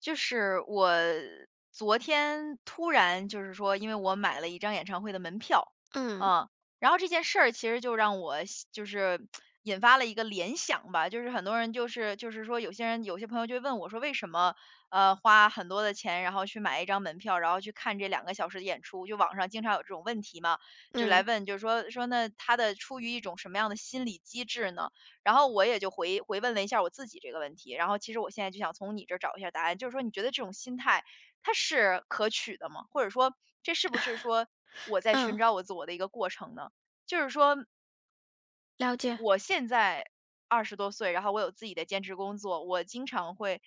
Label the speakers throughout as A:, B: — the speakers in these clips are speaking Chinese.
A: 就是我昨天突然就是说，因为我买了一张演唱会的门票，
B: 嗯
A: 啊，然后这件事儿其实就让我想就是引发了一个联想吧。就是很多人就是说有些人有些朋友就会问我说，为什么花很多的钱，然后去买一张门票，然后去看这2个小时的演出。就网上经常有这种问题嘛，就来
B: 嗯
A: 问，就是说那他的出于一种什么样的心理机制呢？然后我也就回问了一下我自己这个问题，然后其实我现在就想从你这儿找一下答案，就是说你觉得这种心态它是可取的吗？或者说这是不是说我在寻
B: 嗯，
A: 找我自我的一个过程呢？就是说
B: 了解，
A: 我现在20多岁，然后我有自己的兼职工作，我经常会，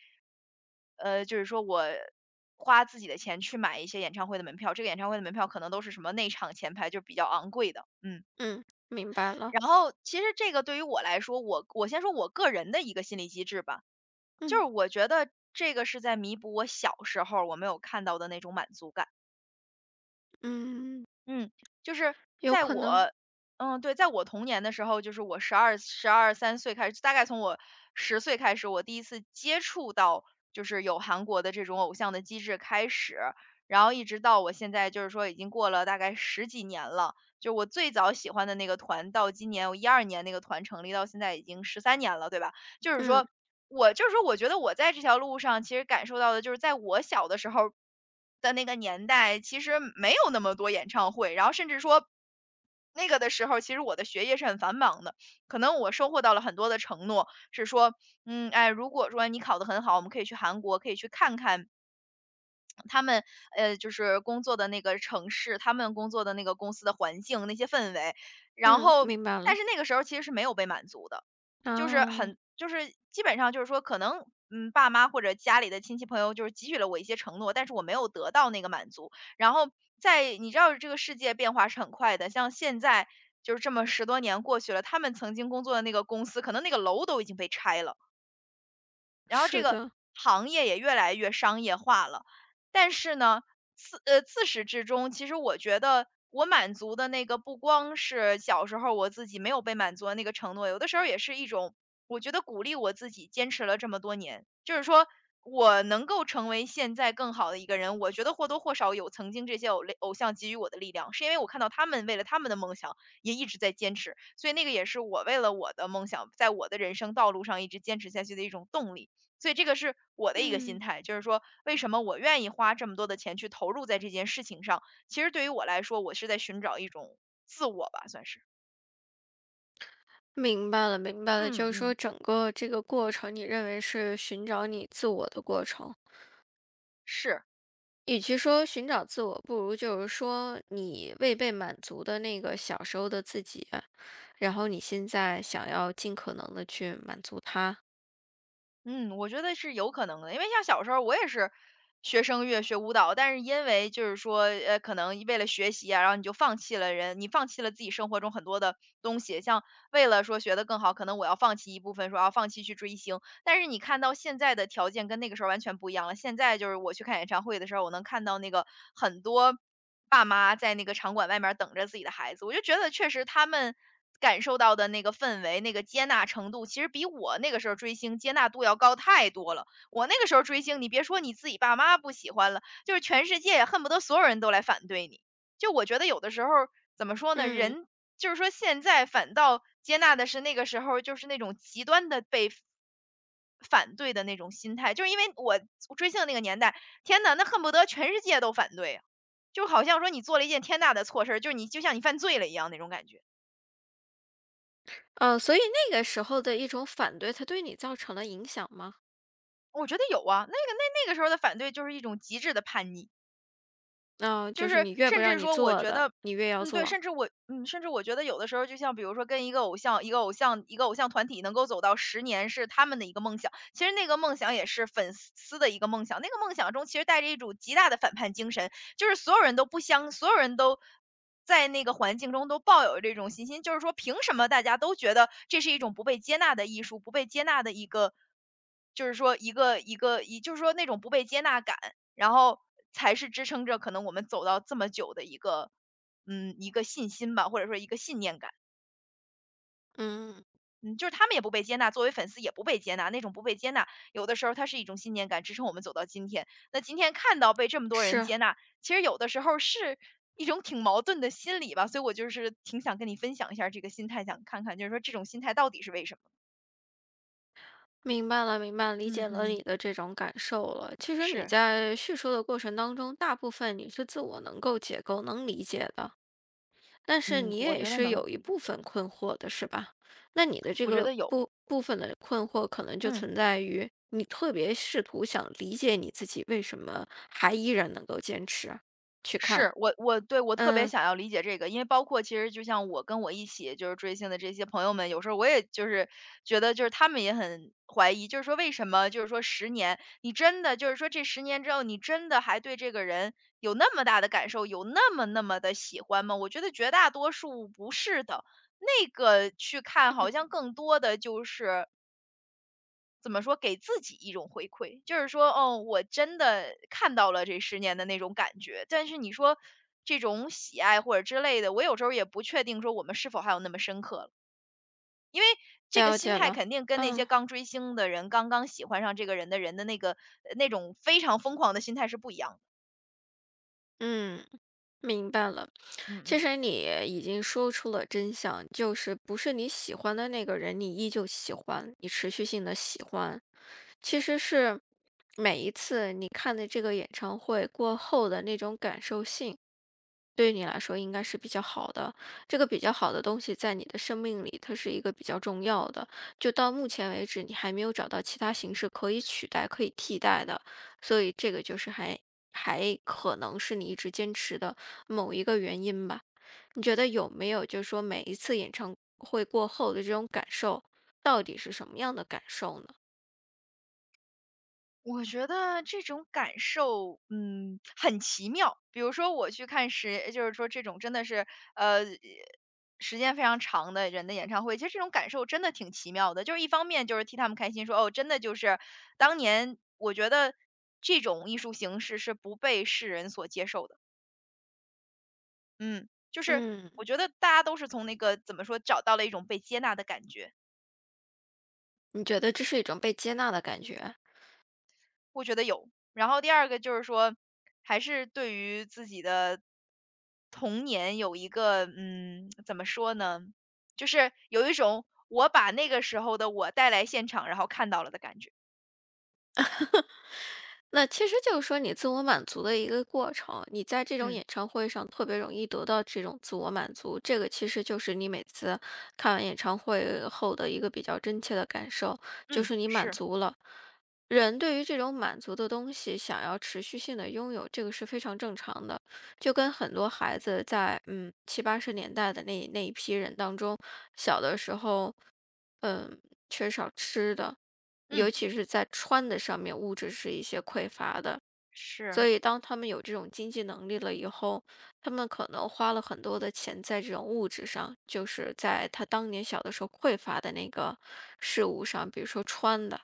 A: 就是说我花自己的钱去买一些演唱会的门票，这个演唱会的门票可能都是什么内场前排，就比较昂贵的，嗯。
B: 嗯，明白了，
A: 然后其实这个对于我来说，我先说我个人的一个心理机制吧，就是
B: 嗯
A: 我觉得这个是在弥补我小时候我没有看到的那种满足感。
B: 嗯，
A: 嗯。就是
B: 有
A: 在
B: 可能，
A: 我嗯，对，在我童年的时候，就是我十二三岁开始，大概从我10岁开始，我第一次接触到就是有韩国的这种偶像的机制开始，然后一直到我现在就是说已经过了大概十几年了。就我最早喜欢的那个团到今年我一二年那个团成立到现在已经13年了，对吧？就是
B: 嗯
A: 说就是说我觉得我在这条路上其实感受到的就是在我小的时候的那个年代，其实没有那么多演唱会，然后甚至说那个的时候，其实我的学业是很繁忙的，可能我收获到了很多的承诺，是说，嗯，哎，如果说你考得很好，我们可以去韩国，可以去看看他们就是工作的那个城市，他们工作的那个公司的环境，那些氛围。然
B: 嗯，
A: 后，
B: 明白
A: 但
B: 了，
A: 是那个时候其实是没有被满足的，就是
B: 啊，
A: 很就是基本上就是说，可能爸妈或者家里的亲戚朋友就是给予了我一些承诺，但是我没有得到那个满足。然后在你知道这个世界变化是很快的，像现在就是这么十多年过去了，他们曾经工作的那个公司，可能那个楼都已经被拆了。然后这
B: 是
A: 个
B: 的，
A: 行业也越来越商业化了。但是呢，自始至终，其实我觉得我满足的那个不光是小时候我自己没有被满足的那个承诺，有的时候也是一种我觉得鼓励我自己坚持了这么多年，就是说我能够成为现在更好的一个人，我觉得或多或少有曾经这些偶像给予我的力量，是因为我看到他们为了他们的梦想也一直在坚持，所以那个也是我为了我的梦想，在我的人生道路上一直坚持下去的一种动力。所以这个是我的一个心
B: 嗯，
A: 态，就是说为什么我愿意花这么多的钱去投入在这件事情上？其实对于我来说，我是在寻找一种自我吧，算是。
B: 明白了明白了，
A: 嗯
B: 就是说
A: 嗯，
B: 整个这个过程，你认为是寻找你自我的过程，
A: 是。
B: 与其说寻找自我，不如就是说你未被满足的那个小时候的自己，然后你现在想要尽可能的去满足他。
A: 嗯，我觉得是有可能的，因为像小时候我也是学声乐、学舞蹈，但是因为就是说，可能为了学习啊，然后你就放弃了人，你放弃了自己生活中很多的东西，像为了说学得更好，可能我要放弃一部分，说要放弃去追星。但是你看到现在的条件跟那个时候完全不一样了，现在就是我去看演唱会的时候，我能看到那个很多。爸妈在那个场馆外面儿等着自己的孩子，我就觉得确实他们感受到的那个氛围、那个接纳程度，其实比我那个时候追星接纳度要高太多了。我那个时候追星，你别说你自己爸妈不喜欢了，就是全世界恨不得所有人都来反对你。就我觉得有的时候怎么说呢，
B: 嗯。
A: 人就是说现在反倒接纳的是那个时候就是那种极端的被反对的那种心态，就是因为我追星的那个年代，天呐，那恨不得全世界都反对啊，就好像说你做了一件天大的错事儿，就是你就像你犯罪了一样那种感觉。
B: 所以那个时候的一种反对，它对你造成了影响吗？
A: 我觉得有啊，那个时候的反对就是一种极致的叛逆。
B: 嗯、
A: 就
B: 就是
A: 是
B: 你越不
A: 甚
B: 让
A: 至
B: 你
A: 说我
B: 做
A: 觉
B: 的，
A: 得
B: 你越要
A: 嗯，对，
B: 做。
A: 甚至我觉得有的时候就像比如说跟一个偶像团体能够走到十年是他们的一个梦想，其实那个梦想也是粉丝的一个梦想，那个梦想中其实带着一种极大的反叛精神，就是所有人都不相所有人都在那个环境中都抱有这种信心，就是说凭什么大家都觉得这是一种不被接纳的艺术，不被接纳的一个就是说一个一个一就是说那种不被接纳感，然后才是支撑着可能我们走到这么久的一个信心吧，或者说一个信念感。
B: 嗯，
A: 嗯，就是他们也不被接纳，作为粉丝也不被接纳，那种不被接纳，有的时候它是一种信念感支撑我们走到今天。那今天看到被这么多人
B: 是，
A: 接纳，其实有的时候是一种挺矛盾的心理吧，所以我就是挺想跟你分享一下儿这个心态，想看看就是说这种心态到底是为什么？
B: 明白了，明白了理
A: 嗯
B: 解了
A: 嗯，
B: 你的这种感受了。其实你
A: 是，
B: 在叙述的过程当中，大部分你是自我能够解构、能理解的，但是
A: 嗯，
B: 你
A: 我
B: 也
A: 觉得
B: 是
A: 能，
B: 有一部分困惑的，是吧？那你的这
A: 我觉
B: 个
A: 得有，
B: 部分的困惑，可能就
A: 嗯。
B: 存在于你特别试图想理解你自己为什么还依然能够坚持去看。
A: 是，我对，我特别
B: 嗯，
A: 想要理解这个，因为包括其实就像我跟我一起就是追星的这些朋友们，有时候我也就是觉得就是他们也很怀疑，就是说为什么就是说十年，你真的就是说这十年之后，你真的还对这个人有那么大的感受，有那么那么的喜欢吗？我觉得绝大多数不是的，那个去看好像更多的就是怎么说，给自己一种回馈，就是说，哦，我真的看到了这十年的那种感觉。但是你说这种喜爱或者之类的，我有时候也不确定说我们是否还有那么深刻了。这个
B: 了
A: 心
B: 解
A: 态
B: 了。
A: 肯定跟那些
B: 嗯
A: 刚追星的人，刚刚喜欢上这个人的人的那个那种非常疯狂的心态是不一样的。
B: 嗯，明白了。
A: 嗯
B: 其
A: 嗯。
B: 实你已经说出了真相，就是不是你喜欢的那个人，你依旧喜欢，你持续性的喜欢，其实是每一次你看的这个演唱会过后的那种感受性。对于你来说应该是比较好的，这个比较好的东西在你的生命里，它是一个比较重要的。就到目前为止，你还没有找到其他形式可以取代、可以替代的，所以这个就是还可能是你一直坚持的某一个原因吧。你觉得有没有就是说每一次演唱会过后的这种感受，到底是什么样的感受呢？
A: 我觉得这种感受，很奇妙。比如说我去看时就是说这种真的是，呃，时间非常长的人的演唱会，其实这种感受真的挺奇妙的。就是一方面就是替他们开心，说，哦，真的就是当年我觉得这种艺术形式是不被世人所接受的。嗯，就是
B: 嗯，
A: 我觉得大家都是从那个怎么说，找到了一种被接纳的感觉。
B: 你觉得这是一种被接纳的感觉？
A: 我觉得有。然后第二个就是说，还是对于自己的童年有一个怎么说呢？就是有一种我把那个时候的我带来现场，然后看到了的感觉。
B: 那其实就是说你自我满足的一个过程，你在这种
A: 嗯
B: 演唱会上特别容易得到这种自我满足，这个其实就是你每次看完演唱会后的一个比较真切的感受，就
A: 嗯，
B: 是你满
A: 是，
B: 足了。人对于这种满足的东西想要持续性的拥有，这个是非常正常的，就跟很多孩子在七八十年代的那一批人当中，小的时候，嗯缺少吃的，尤
A: 嗯
B: 其是在穿的上面，物质是一些匮乏的，所
A: 是，
B: 以当他们有这种经济能力了以后，他们可能花了很多的钱在这种物质上，就是在他当年小的时候匮乏的那个事物上，比如说穿的、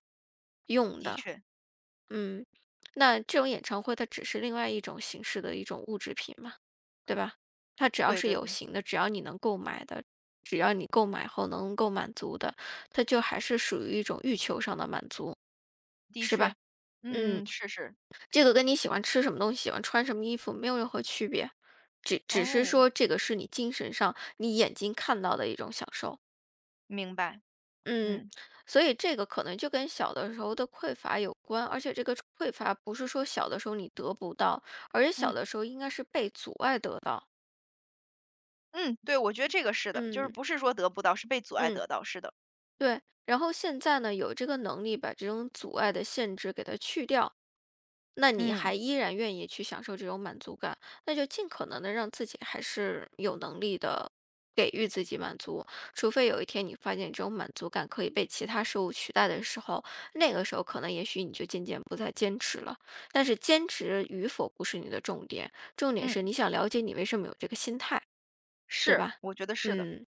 B: 用
A: 的
B: 的。
A: 确，
B: 嗯，那这种演唱会它只是另外一种形式的一种物质品嘛，对吧？它只要
A: 对
B: 是
A: 对
B: 有
A: 对，
B: 形的，只要你能购买的，只要你购买后能够满足的，它就还是属于一种欲求上的满足，
A: 的
B: 是吧？
A: 确，
B: 嗯，
A: 嗯，是是，
B: 这个跟你喜欢吃什么东西、喜欢穿什么衣服没有任何区别，只只是
A: 哦，
B: 说这个是你精神上、你眼睛看到的一种享受。
A: 明白，
B: 嗯，
A: 嗯
B: 所以这个可能就跟小的时候的匮乏有关，而且这个匮乏不是说小的时候你得不到，而且小
A: 嗯
B: 的时候应该是被阻碍得到。
A: 嗯，对，我觉得这个是的，就是
B: 嗯
A: 不是说得不到，是被阻碍
B: 嗯。
A: 得到，是的，
B: 对，然后现在呢，有这个能力把这种阻碍的限制给它去掉，那你
A: 嗯
B: 还依然愿意去享受这种满足感，那就尽可能的让自己还是有能力的给予自己满足，除非有一天你发现这种满足感可以被其他事物取代的时候，那个时候可能也许你就渐渐不再坚持了。但是坚持与否不是你的重点，重点
A: 嗯，
B: 是你想了解你为什么有这个心态，对
A: 是，
B: 吧？
A: 我觉得是的，
B: 嗯。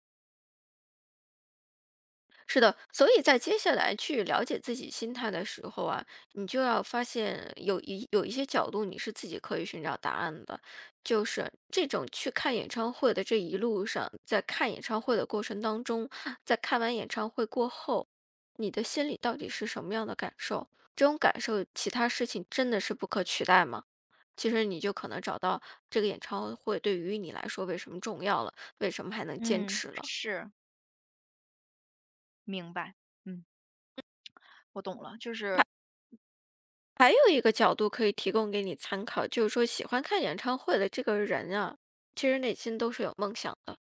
B: 是的，所以在接下来去了解自己心态的时候啊，你就要发现有一些角度你是自己可以寻找答案的，就是这种去看演唱会的这一路上，在看演唱会的过程当中，在看完演唱会过后，你的心里到底是什么样的感受？这种感受，其他事情真的是不可取代吗？其实你就可能找到这个演唱会对于你来说为什么重要了，为什么还能坚
A: 嗯
B: 持了。
A: 是。明白，嗯，我懂了，就是，
B: 还有一个角度可以提供给你参考，就是说喜欢看演唱会的这个人啊，其实内心都是有梦想的。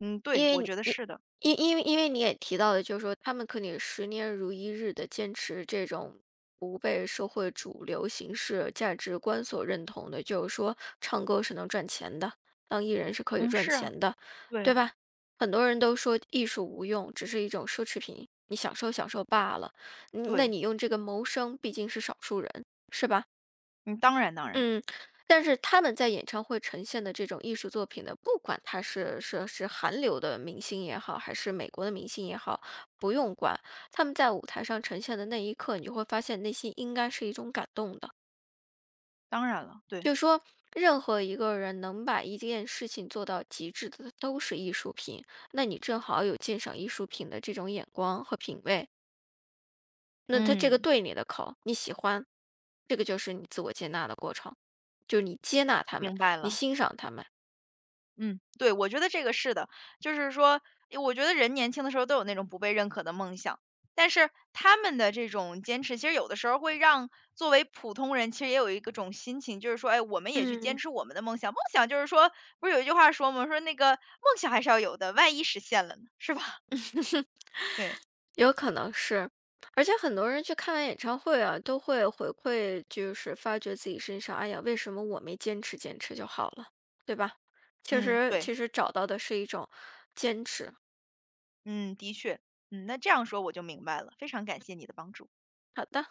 A: 嗯，
B: 因
A: 对，
B: 为
A: 我
B: 你
A: 觉得
B: 因
A: 是的，
B: 因因为因为你也提到了，就是说他们可以十年如一日的坚持这种不被社会主流形式价值观所认同的，就是说唱歌是能赚钱的，当艺人是可以
A: 嗯，
B: 赚
A: 是啊，
B: 钱的，
A: 对
B: 对吧？很多人都说艺术无用，只是一种奢侈品，你享受享受罢了。嗯那
A: 对，
B: 你用这个谋生，毕竟是少数人，是吧？
A: 嗯，当然当然
B: 嗯，但是他们在演唱会呈现的这种艺术作品呢，不管他是韩流的明星也好，还是美国的明星也好，不用管，他们在舞台上呈现的那一刻，你就会发现内心应该是一种感动的。
A: 当然了，对，
B: 就是说，任何一个人能把一件事情做到极致的，都是艺术品。那你正好有鉴赏艺术品的这种眼光和品味。那他这个
A: 嗯，
B: 对你的口，你喜欢，这个就是你自我接纳的过程，就是你接纳他们，
A: 明白
B: 你
A: 了，
B: 欣赏他们。
A: 嗯，对，我觉得这个是的，就是说，诶我觉得人年轻的时候都有那种不被认可的梦想，但是他们的这种坚持，其实有的时候会让作为普通人，其实也有一个种心情，就是说，哎，我们也去坚
B: 嗯，
A: 持我们的梦想，梦想就是说，不是有一句话说吗？说那个梦想还是要有的，万一实现了呢，是吧？对，
B: 有可能是，而且很多人去看完演唱会啊，都会回馈，就是发觉自己身上，哎呀，为什么我没坚持就好了，对吧？其
A: 嗯，
B: 实
A: 对。
B: 其实找到的是一种坚持。
A: 嗯，的确，嗯，那这样说我就明白了，非常感谢你的帮助。
B: 好的。